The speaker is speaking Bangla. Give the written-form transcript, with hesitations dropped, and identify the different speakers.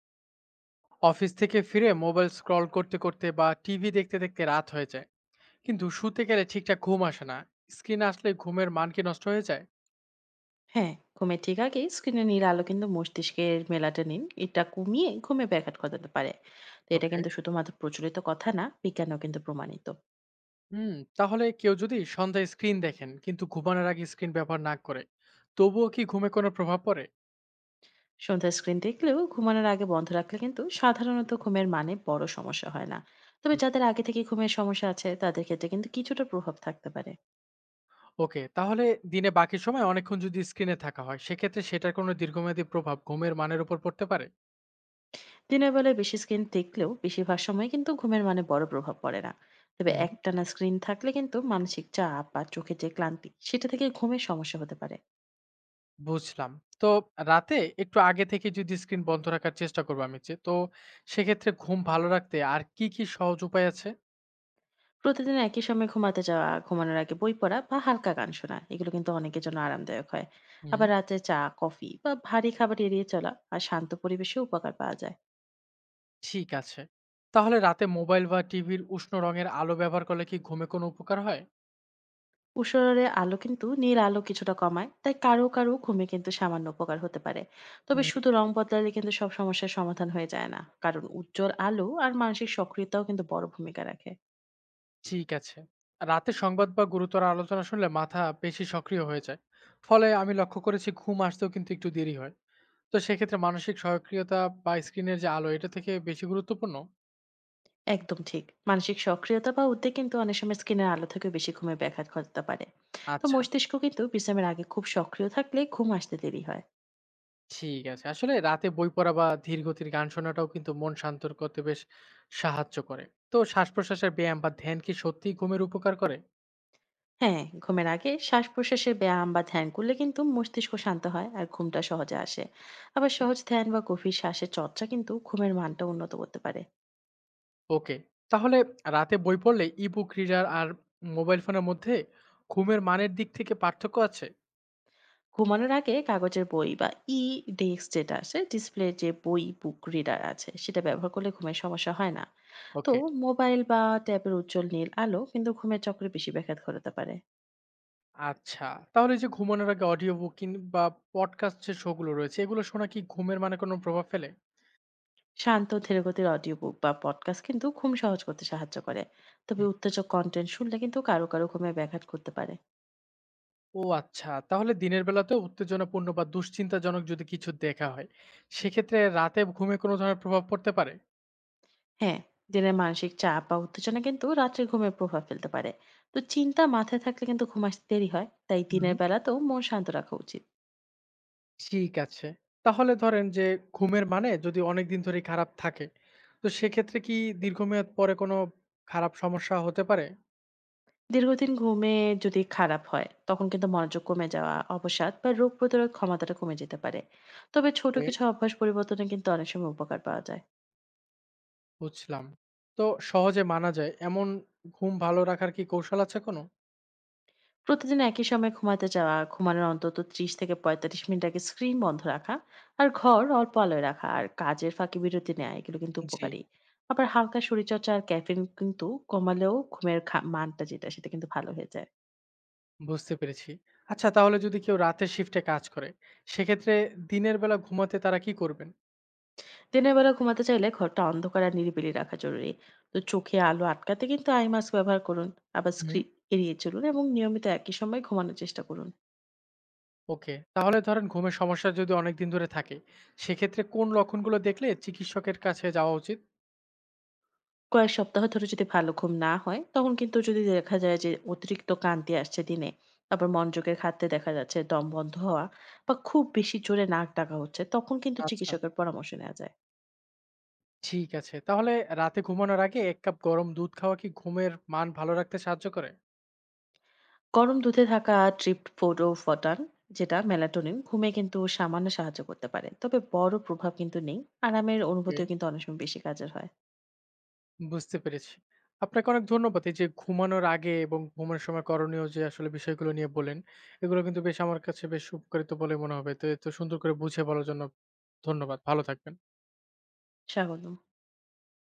Speaker 1: অফিস থেকে ফিরে মোবাইল স্ক্রল করতে করতে বা টিভি দেখতে দেখতে রাত হয়ে যায়, কিন্তু শুতে গেলে ঠিকঠাক ঘুম আসে না। স্ক্রিন আসলে ঘুমের মান কি নষ্ট হয়ে যায়?
Speaker 2: হ্যাঁ, ঘুমের ঠিক আগে স্ক্রিনে নীল আলো কিন্তু মস্তিষ্কের মেলাটোনিন এটা কমিয়ে ঘুমে ব্যাঘাত ঘটাতে পারে। তো এটা
Speaker 1: ওকে।
Speaker 2: কিন্তু শুধুমাত্র প্রচলিত কথা না, বিজ্ঞানেও কিন্তু প্রমাণিত।
Speaker 1: হুম। তাহলে কেউ যদি সন্ধ্যায় স্ক্রিন দেখেন কিন্তু ঘুমানোর আগে স্ক্রিন ব্যবহার না করে, তবুও কি ঘুমে কোনো প্রভাব পড়ে?
Speaker 2: সন্ধ্যায় স্ক্রিন দেখলেও ঘুমানোর আগে বন্ধ রাখলে কিন্তু সাধারণত ঘুমের মানে বড় সমস্যা হয় না। তবে
Speaker 1: হুম,
Speaker 2: যাদের আগে থেকে ঘুমের সমস্যা আছে তাদের ক্ষেত্রে কিন্তু কিছুটা প্রভাব থাকতে পারে।
Speaker 1: ওকে। তাহলে দিনে বাকি সময় অনেকক্ষণ যদি স্ক্রিনে থাকা হয়, সেক্ষেত্রে সেটার কোনো দীর্ঘমেয়াদী প্রভাব ঘুমের মানের উপর পড়তে পারে?
Speaker 2: দিনের বেলায় বেশি স্ক্রিন দেখলেও বেশিরভাগ সময় কিন্তু ঘুমের মানে বড় প্রভাব পড়ে না। তবে
Speaker 1: হুম,
Speaker 2: একটানা স্ক্রিন থাকলে কিন্তু মানসিক চাপ বা চোখের যে ক্লান্তি সেটা থেকে ঘুমের সমস্যা হতে পারে।
Speaker 1: বুঝলাম। তো রাতে একটু আগে থেকে যদি স্ক্রিন বন্ধ রাখার চেষ্টা করবো আমি যে, তো সেক্ষেত্রে ঘুম ভালো রাখতে আর কি, কি সহজ উপায় আছে?
Speaker 2: প্রতিদিন একই সময়ে ঘুমাতে যাওয়া, ঘুমানোর আগে বই পড়া বা হালকা গান শোনা এগুলো কিন্তু অনেকের জন্য আরামদায়ক হয়।
Speaker 1: হুম।
Speaker 2: আবার রাতে চা, কফি বা ভারী খাবার এড়িয়ে চলা আর শান্ত পরিবেশেও উপকার পাওয়া যায়।
Speaker 1: ঠিক আছে। তাহলে রাতে মোবাইল বা টিভির উষ্ণ রঙের আলো ব্যবহার করলে কি ঘুমে কোনো উপকার হয়?
Speaker 2: উশারের আলো কিন্তু নীল আলো কিছুটা কমায়, তাই কারো কারো ঘুমে কিন্তু সামান্য উপকার হতে পারে। তবে শুধু
Speaker 1: হুম।
Speaker 2: রং বদলালে কিন্তু সব সমস্যার সমাধান হয়ে যায় না, কারণ উজ্জ্বল আলো আর মানসিক সক্রিয়তাও কিন্তু বড় ভূমিকা রাখে।
Speaker 1: ঠিক আছে। রাতে সংবাদ বা গুরুতর আলোচনা শুনলে মাথা বেশি সক্রিয় হয়ে যায়। ফলে আমি লক্ষ্য করেছি ঘুম আসতেও কিন্তু একটু দেরি হয়। তো সেক্ষেত্রে মানসিক সক্রিয়তা বা স্ক্রিনের যে আলো এটা থেকে বেশি গুরুত্বপূর্ণ?
Speaker 2: একদম ঠিক। মানসিক সক্রিয়তা বা উদ্বেগ কিন্তু অনেক সময় স্ক্রিনের আলো থেকেও বেশি ঘুমে ব্যাঘাত ঘটাতে পারে। তো
Speaker 1: আচ্ছা।
Speaker 2: মস্তিষ্ক কিন্তু বিশ্রামের আগে খুব সক্রিয় থাকলে ঘুম আসতে দেরি হয়।
Speaker 1: ঠিক আছে। আসলে রাতে বই পড়া বা ধীর গতির গান শোনাটাও কিন্তু মন শান্ত করতে বেশ সাহায্য করে। তো শ্বাসপ্রশ্বাসের ব্যায়াম বা ধ্যান কি সত্যিই ঘুমের উপকার করে?
Speaker 2: হ্যাঁ, ঘুমের আগে শ্বাস-প্রশ্বাসের ব্যায়াম বা ধ্যান করলে কিন্তু মস্তিষ্ক শান্ত হয় আর ঘুমটা সহজে আসে। আবার
Speaker 1: হুম।
Speaker 2: সহজ ধ্যান বা গভীর শ্বাসের চর্চা কিন্তু ঘুমের মানটা উন্নত করতে পারে।
Speaker 1: ওকে। তাহলে রাতে বই পড়লে ই-বুক রিডার আর মোবাইল ফোনের মধ্যে ঘুমের মানের দিক থেকে পার্থক্য আছে?
Speaker 2: ঘুমানোর আগে কাগজের বই বা ই-ডেস্ক যেটা আছে ডিসপ্লে যে বই বুক রিডার আছে সেটা ব্যবহার করলে ঘুমের সমস্যা হয় না। তো
Speaker 1: ওকে।
Speaker 2: মোবাইল বা ট্যাবের উজ্জ্বল নীল আলো কিন্তু ঘুমের চক্রে বেশি ব্যাঘাত ঘটাতে পারে।
Speaker 1: আচ্ছা। তাহলে এই যে ঘুমানোর আগে অডিও বুক কিংবা পডকাস্ট যে শো গুলো রয়েছে এগুলো শোনা কি ঘুমের মানে কোনো প্রভাব ফেলে?
Speaker 2: শান্ত ধীরে গতির অডিও বুক বা পডকাস্ট কিন্তু ঘুম সহজ করতে সাহায্য করে। তবে উত্তেজক কন্টেন্ট শুনলে কিন্তু কারো কারো ঘুমে ব্যাঘাত করতে পারে।
Speaker 1: ও আচ্ছা। তাহলে দিনের বেলাতেও উত্তেজনাপূর্ণ বা দুশ্চিন্তাজনক যদি কিছু দেখা হয়, সেক্ষেত্রে রাতে ঘুমে কোনো ধরনের প্রভাব পড়তে পারে?
Speaker 2: হ্যাঁ, দিনের মানসিক চাপ বা উত্তেজনা কিন্তু রাত্রে ঘুমের প্রভাব ফেলতে পারে। তো চিন্তা মাথায় থাকলে কিন্তু ঘুম আসতে দেরি হয়, তাই
Speaker 1: হুম।
Speaker 2: দিনের বেলাতেও মন শান্ত রাখা উচিত।
Speaker 1: ঠিক আছে। তাহলে ধরেন যে ঘুমের মানে যদি অনেকদিন ধরেই খারাপ থাকে, তো সেক্ষেত্রে কি দীর্ঘমেয়াদ পরে কোনো খারাপ সমস্যা হতে পারে?
Speaker 2: দীর্ঘদিন ঘুমে যদি খারাপ হয় তখন কিন্তু মনোযোগ কমে যাওয়া, অবসাদ বা রোগ প্রতিরোধ ক্ষমতাটা কমে যেতে পারে। তবে ছোট
Speaker 1: ওকে,
Speaker 2: কিছু অভ্যাস পরিবর্তনে কিন্তু অনেক সময় উপকার পাওয়া যায়।
Speaker 1: বুঝলাম। তো সহজে মানা যায় এমন ঘুম ভালো রাখার কি কৌশল আছে কোনো?
Speaker 2: প্রতিদিন একই সময়ে ঘুমাতে যাওয়া, ঘুমানোর অন্তত ৩০ থেকে ৪৫ মিনিট আগে স্ক্রিন বন্ধ রাখা আর ঘর অল্প আলোয় রাখা আর কাজের ফাঁকে বিরতি নেওয়া এগুলো কিন্তু
Speaker 1: জি।
Speaker 2: উপকারী। আবার হালকা শরীরচর্চা আর ক্যাফেইন কিন্তু কমালেও ঘুমের মানটা যেটা সেটা কিন্তু ভালো হয়ে যায়।
Speaker 1: বুঝতে পেরেছি। আচ্ছা, তাহলে যদি কেউ রাতের শিফটে কাজ করে, সেক্ষেত্রে দিনের বেলা ঘুমাতে তারা কি করবেন?
Speaker 2: দিনের বেলা ঘুমাতে চাইলে ঘরটা অন্ধকার আর নিরিবিলি রাখা জরুরি। তো চোখে আলো আটকাতে কিন্তু আই মাস্ক ব্যবহার করুন। আবার
Speaker 1: হুম।
Speaker 2: স্ক্রিন এড়িয়ে চলুন এবং নিয়মিত একই সময় ঘুমানোর চেষ্টা করুন।
Speaker 1: ওকে। তাহলে ধরেন, ঘুমের সমস্যা যদি অনেকদিন ধরে থাকে, সেক্ষেত্রে কোন লক্ষণগুলো দেখলে চিকিৎসকের কাছে যাওয়া উচিত?
Speaker 2: কয়েক সপ্তাহ ধরে যদি ভালো ঘুম না হয়, তখন কিন্তু যদি দেখা যায় যে অতিরিক্ত কান্তি আসছে দিনে, আবার মনোযোগের খাতে দেখা যাচ্ছে দম বন্ধ হওয়া বা খুব বেশি জোরে নাক ডাকা হচ্ছে, তখন কিন্তু
Speaker 1: আচ্ছা।
Speaker 2: চিকিৎসকের পরামর্শ নেওয়া যায়।
Speaker 1: ঠিক আছে। তাহলে রাতে ঘুমানোর আগে ১ কাপ গরম দুধ খাওয়া কি ঘুমের মান ভালো রাখতে সাহায্য করে?
Speaker 2: গরম দুধে থাকা ট্রিপটোফ্যান যেটা মেলাটোনিন ঘুমে কিন্তু সামান্য সাহায্য করতে পারে। তবে বড় প্রভাব কিন্তু নেই। আরামের
Speaker 1: ওকে,
Speaker 2: অনুভূতিও কিন্তু অনেক সময় বেশি কাজের হয়।
Speaker 1: বুঝতে পেরেছি। আপনাকে অনেক ধন্যবাদ। এই যে ঘুমানোর আগে এবং ঘুমের সময় করণীয় যে আসলে বিষয়গুলো নিয়ে বললেন, এগুলো কিন্তু বেশ আমার কাছে বেশ উপকারিত বলে মনে হবে। তো এত সুন্দর করে বুঝিয়ে বলার জন্য ধন্যবাদ। ভালো থাকবেন।
Speaker 2: স্বাগতম।